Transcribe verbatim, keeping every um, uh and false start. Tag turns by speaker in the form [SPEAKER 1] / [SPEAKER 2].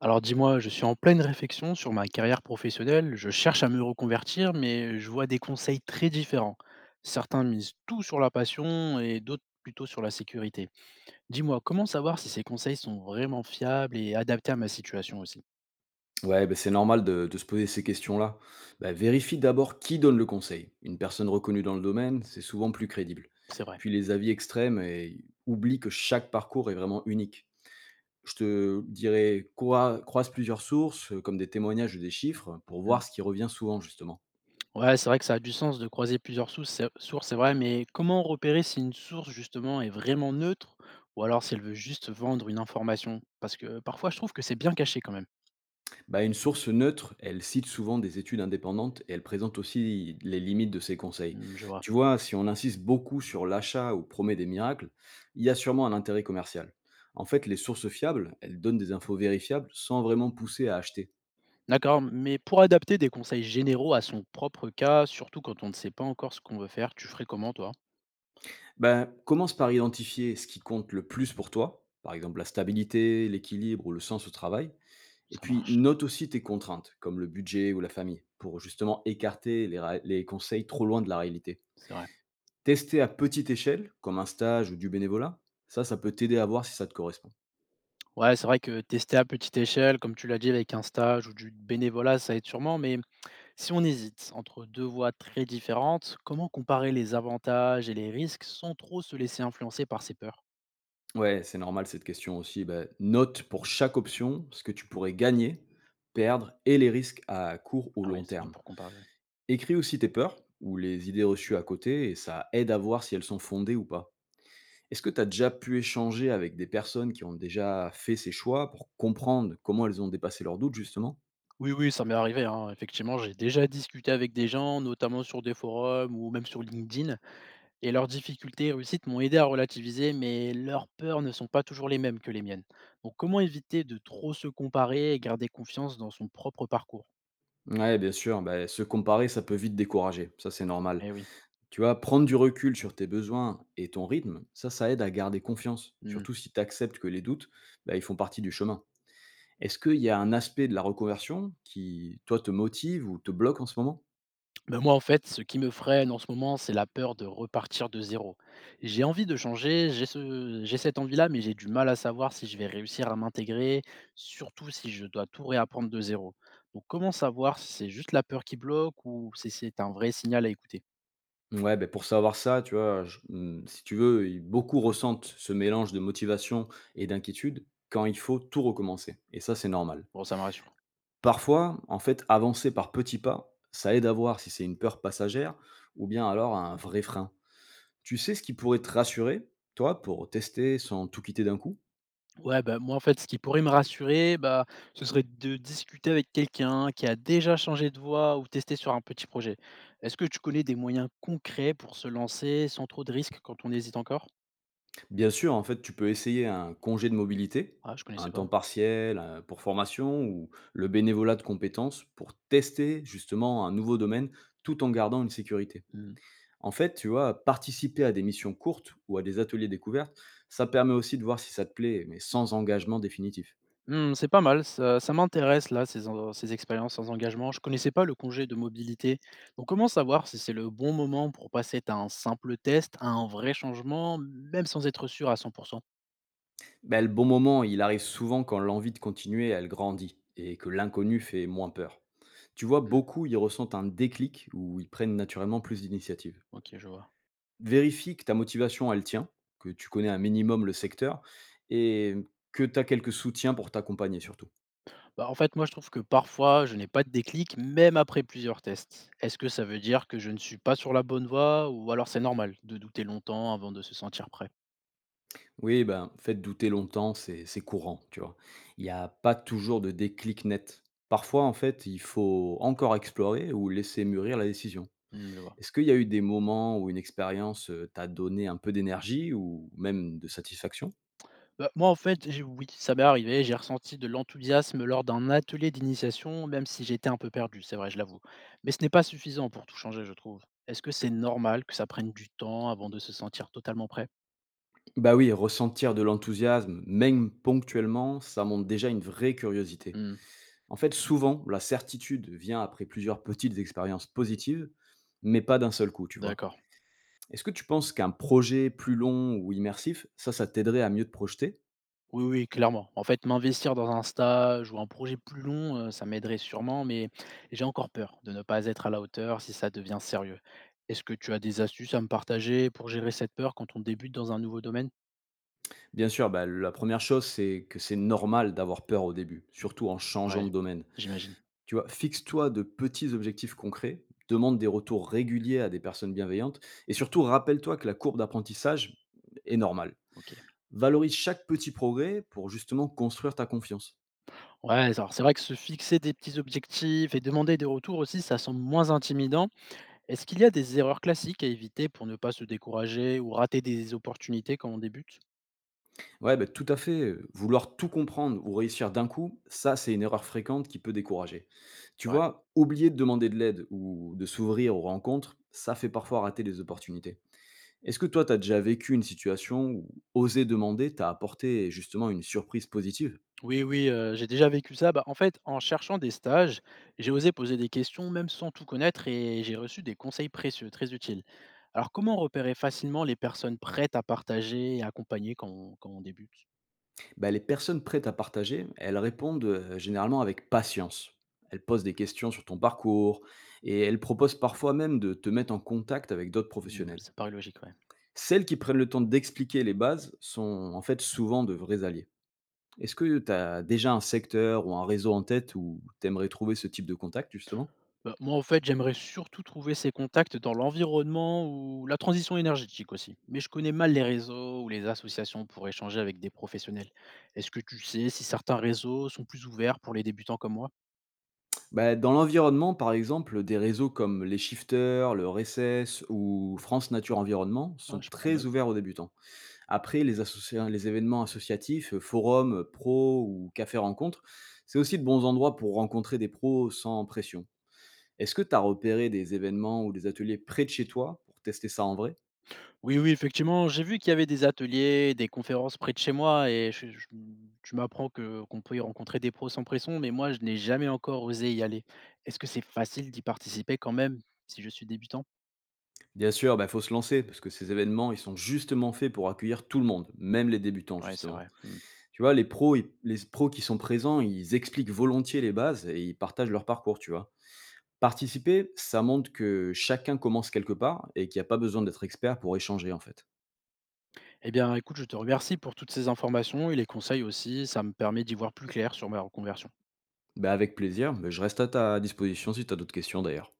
[SPEAKER 1] Alors dis-moi, je suis en pleine réflexion sur ma carrière professionnelle, je cherche à me reconvertir, mais je vois des conseils très différents. Certains misent tout sur la passion et d'autres plutôt sur la sécurité. Dis-moi, comment savoir si ces conseils sont vraiment fiables et adaptés à ma situation aussi.
[SPEAKER 2] Ouais, bah, c'est normal de, de se poser ces questions-là. Bah, vérifie d'abord qui donne le conseil. Une personne reconnue dans le domaine, c'est souvent plus crédible.
[SPEAKER 1] C'est vrai.
[SPEAKER 2] Puis les avis extrêmes, et oublie que chaque parcours est vraiment unique. Je te dirais, croi- croise plusieurs sources, euh, comme des témoignages ou des chiffres, pour
[SPEAKER 1] Hmm.
[SPEAKER 2] voir ce qui revient souvent, justement.
[SPEAKER 1] Ouais, c'est vrai que ça a du sens de croiser plusieurs sources, c'est sources, c'est vrai, mais comment repérer si une source justement est vraiment neutre, ou alors si elle veut juste vendre une information? Parce que parfois je trouve que c'est bien caché quand même.
[SPEAKER 2] Bah, une source neutre, elle cite souvent des études indépendantes et elle présente aussi les limites de ses conseils.
[SPEAKER 1] Hmm, je vois.
[SPEAKER 2] Tu vois, si on insiste beaucoup sur l'achat ou promet des miracles, il y a sûrement un intérêt commercial. En fait, les sources fiables, elles donnent des infos vérifiables sans vraiment pousser à acheter.
[SPEAKER 1] D'accord, mais pour adapter des conseils généraux à son propre cas, surtout quand on ne sait pas encore ce qu'on veut faire, tu ferais comment, toi?
[SPEAKER 2] Bah, commence par identifier ce qui compte le plus pour toi, par exemple la stabilité, l'équilibre ou le sens au travail, et
[SPEAKER 1] Ça
[SPEAKER 2] puis
[SPEAKER 1] marche.
[SPEAKER 2] note aussi tes contraintes, comme le budget ou la famille, pour justement écarter les ra- les conseils trop loin de la réalité.
[SPEAKER 1] C'est vrai.
[SPEAKER 2] Tester à petite échelle, comme un stage ou du bénévolat, ça, ça peut t'aider à voir si ça te correspond.
[SPEAKER 1] Ouais, c'est vrai que tester à petite échelle, comme tu l'as dit, avec un stage ou du bénévolat, ça aide sûrement, mais si on hésite entre deux voies très différentes, comment comparer les avantages et les risques sans trop se laisser influencer par ses peurs?
[SPEAKER 2] Ouais, c'est normal cette question aussi. Bah, note pour chaque option ce que tu pourrais gagner, perdre et les risques à court ou
[SPEAKER 1] Ah oui,
[SPEAKER 2] long
[SPEAKER 1] c'est bien
[SPEAKER 2] terme.
[SPEAKER 1] pour comparer, ouais.
[SPEAKER 2] Écris aussi tes peurs ou les idées reçues à côté et ça aide à voir si elles sont fondées ou pas. Est-ce que tu as déjà pu échanger avec des personnes qui ont déjà fait ces choix pour comprendre comment elles ont dépassé leurs doutes justement?
[SPEAKER 1] Oui, oui, ça m'est arrivé, hein. Effectivement, j'ai déjà discuté avec des gens, notamment sur des forums ou même sur LinkedIn. Et leurs difficultés et réussites m'ont aidé à relativiser, mais leurs peurs ne sont pas toujours les mêmes que les miennes. Donc comment éviter de trop se comparer et garder confiance dans son propre parcours?
[SPEAKER 2] Ouais, bien sûr, bah, se comparer, ça peut vite décourager, ça c'est normal.
[SPEAKER 1] Eh oui.
[SPEAKER 2] Tu vois, prendre du recul sur tes besoins et ton rythme, ça, ça aide à garder confiance,
[SPEAKER 1] Hmm.
[SPEAKER 2] surtout si tu acceptes que les doutes, bah, ils font partie du chemin. Est-ce qu'il y a un aspect de la reconversion qui, toi, te motive ou te bloque en ce moment?
[SPEAKER 1] Ben moi, en fait, ce qui me freine en ce moment, c'est la peur de repartir de zéro. J'ai envie de changer, j'ai ce- j'ai cette envie-là, mais j'ai du mal à savoir si je vais réussir à m'intégrer, surtout si je dois tout réapprendre de zéro. Donc comment savoir si c'est juste la peur qui bloque ou si c'est un vrai signal à écouter?
[SPEAKER 2] Ouais, ben, pour savoir ça, tu vois, je- hum, si tu veux, ils- beaucoup ressentent ce mélange de motivation et d'inquiétude quand il faut tout recommencer. Et ça, c'est normal.
[SPEAKER 1] Bon, ça me rassure.
[SPEAKER 2] Parfois, en fait, avancer par petits pas, ça aide à voir si c'est une peur passagère ou bien alors un vrai frein. Tu sais ce qui pourrait te rassurer, toi, pour tester sans tout quitter d'un coup?
[SPEAKER 1] Ouais, bah, moi, en fait, ce qui pourrait me rassurer, bah, ce serait de discuter avec quelqu'un qui a déjà changé de voie ou testé sur un petit projet. Est-ce que tu connais des moyens concrets pour se lancer sans trop de risques quand on hésite encore?
[SPEAKER 2] Bien sûr, en fait, tu peux essayer un congé de mobilité,
[SPEAKER 1] Ah, je connaissais
[SPEAKER 2] un temps
[SPEAKER 1] pas.
[SPEAKER 2] partiel euh, pour formation ou le bénévolat de compétences pour tester justement un nouveau domaine tout en gardant une sécurité.
[SPEAKER 1] Hmm.
[SPEAKER 2] En fait, tu vois, participer à des missions courtes ou à des ateliers découvertes, ça permet aussi de voir si ça te plaît, mais sans engagement définitif.
[SPEAKER 1] Hmm, c'est pas mal, ça, ça m'intéresse là, ces, en- ces expériences sans engagement. Je connaissais pas le congé de mobilité. Donc, comment savoir si c'est le bon moment pour passer d'un simple test à un vrai changement, même sans être sûr à cent pour cent?
[SPEAKER 2] Ben le bon moment, il arrive souvent quand l'envie de continuer, elle grandit et que l'inconnu fait moins peur. Tu vois,
[SPEAKER 1] Hmm,
[SPEAKER 2] beaucoup, ils ressentent un déclic où ils prennent naturellement plus d'initiative.
[SPEAKER 1] ok, je vois.
[SPEAKER 2] Vérifie que ta motivation, elle tient, que tu connais un minimum le secteur et que tu as quelques soutiens pour t'accompagner surtout.
[SPEAKER 1] Bah, en fait, moi, je trouve que parfois, je n'ai pas de déclic, même après plusieurs tests. Est-ce que ça veut dire que je ne suis pas sur la bonne voie, ou alors c'est normal de douter longtemps avant de se sentir prêt?
[SPEAKER 2] Oui, ben, faites douter longtemps, c'est c'est courant, tu vois. Il n'y a pas toujours de déclic net. Parfois, en fait, il faut encore explorer ou laisser mûrir la décision.
[SPEAKER 1] Hmm, je vois.
[SPEAKER 2] Est-ce qu'il y a eu des moments où une expérience, heu, t'a donné un peu d'énergie ou même de satisfaction?
[SPEAKER 1] Bah, moi, en fait, j'ai- oui, ça m'est arrivé. J'ai ressenti de l'enthousiasme lors d'un atelier d'initiation, même si j'étais un peu perdu, c'est vrai, je l'avoue. Mais ce n'est pas suffisant pour tout changer, je trouve. Est-ce que c'est normal que ça prenne du temps avant de se sentir totalement prêt?
[SPEAKER 2] Bah, oui, ressentir de l'enthousiasme, même ponctuellement, ça montre déjà une vraie curiosité.
[SPEAKER 1] Hmm,
[SPEAKER 2] En fait, souvent, la certitude vient après plusieurs petites expériences positives, mais pas d'un seul coup, tu vois?
[SPEAKER 1] d'accord.
[SPEAKER 2] Est-ce que tu penses qu'un projet plus long ou immersif, ça, ça t'aiderait à mieux te projeter?
[SPEAKER 1] Oui, oui, clairement. En fait, m'investir dans un stage ou un projet plus long, heu, ça m'aiderait sûrement, mais j'ai encore peur de ne pas être à la hauteur si ça devient sérieux. Est-ce que tu as des astuces à me partager pour gérer cette peur quand on débute dans un nouveau domaine?
[SPEAKER 2] Bien sûr, bah, la première chose, c'est que c'est normal d'avoir peur au début, surtout en changeant
[SPEAKER 1] Ouais,
[SPEAKER 2] de domaine.
[SPEAKER 1] j'imagine.
[SPEAKER 2] Tu vois? Fixe-toi de petits objectifs concrets, demande des retours réguliers à des personnes bienveillantes et surtout rappelle-toi que la courbe d'apprentissage est normale.
[SPEAKER 1] OK.
[SPEAKER 2] Valorise chaque petit progrès pour justement construire ta confiance.
[SPEAKER 1] Ouais, alors c'est vrai que se fixer des petits objectifs et demander des retours aussi, ça semble moins intimidant. Est-ce qu'il y a des erreurs classiques à éviter pour ne pas se décourager ou rater des opportunités quand on débute?
[SPEAKER 2] Ouais, bah, tout à fait. euh, Vouloir tout comprendre ou réussir d'un coup, ça, c'est une erreur fréquente qui peut décourager. Tu vois, oublier de demander de l'aide ou de s'ouvrir aux rencontres, ça fait parfois rater les opportunités. Est-ce que toi, tu as déjà vécu une situation où oser demander t'a apporté justement une surprise positive?
[SPEAKER 1] Oui, oui, heu, j'ai déjà vécu ça. Bah, en fait, en cherchant des stages, j'ai osé poser des questions même sans tout connaître, et j'ai reçu des conseils précieux, très utiles. Alors comment repérer facilement les personnes prêtes à partager et accompagner quand on quand on débute?
[SPEAKER 2] Bah, les personnes prêtes à partager, elles répondent euh, généralement avec patience. Elles posent des questions sur ton parcours et elles proposent parfois même de te mettre en contact avec d'autres
[SPEAKER 1] Mmh,
[SPEAKER 2] professionnels.
[SPEAKER 1] ça paraît logique, ouais.
[SPEAKER 2] Celles qui prennent le temps d'expliquer les bases sont en fait souvent de vrais alliés. Est-ce que tu as déjà un secteur ou un réseau en tête où tu aimerais trouver ce type de contact justement?
[SPEAKER 1] Bah, moi, en fait, j'aimerais surtout trouver ces contacts dans l'environnement ou la transition énergétique aussi. Mais je connais mal les réseaux ou les associations pour échanger avec des professionnels. Est-ce que tu sais si certains réseaux sont plus ouverts pour les débutants comme moi?
[SPEAKER 2] Bah, dans l'environnement, par exemple, des réseaux comme les Shifters, le R S S ou France Nature Environnement
[SPEAKER 1] Ah,
[SPEAKER 2] sont
[SPEAKER 1] je prends
[SPEAKER 2] très
[SPEAKER 1] note.
[SPEAKER 2] ouverts aux débutants. Après, les associa les événements associatifs, heu, forums, heu, pros ou cafés rencontres, c'est aussi de bons endroits pour rencontrer des pros sans pression. Est-ce que tu as repéré des événements ou des ateliers près de chez toi pour tester ça en vrai?
[SPEAKER 1] Oui, oui, effectivement, j'ai vu qu'il y avait des ateliers, des conférences près de chez moi et je- je- tu m'apprends que qu'on peut y rencontrer des pros sans pression, mais moi, je n'ai jamais encore osé y aller. Est-ce que c'est facile d'y participer quand même si je suis débutant?
[SPEAKER 2] Bien sûr, bah, faut se lancer parce que ces événements, ils sont justement faits pour accueillir tout le monde, même les débutants
[SPEAKER 1] Ouais, c'est
[SPEAKER 2] justement.
[SPEAKER 1] vrai. Hmm.
[SPEAKER 2] Tu vois, les pros ils les pros qui sont présents, ils expliquent volontiers les bases et ils partagent leur parcours, tu vois? Participer, ça montre que chacun commence quelque part et qu'il n'y a pas besoin d'être expert pour échanger en fait.
[SPEAKER 1] Eh bien, écoute, je te remercie pour toutes ces informations et les conseils aussi. Ça me permet d'y voir plus clair sur ma reconversion.
[SPEAKER 2] Bah, avec plaisir, mais je reste à ta disposition si tu as d'autres questions d'ailleurs.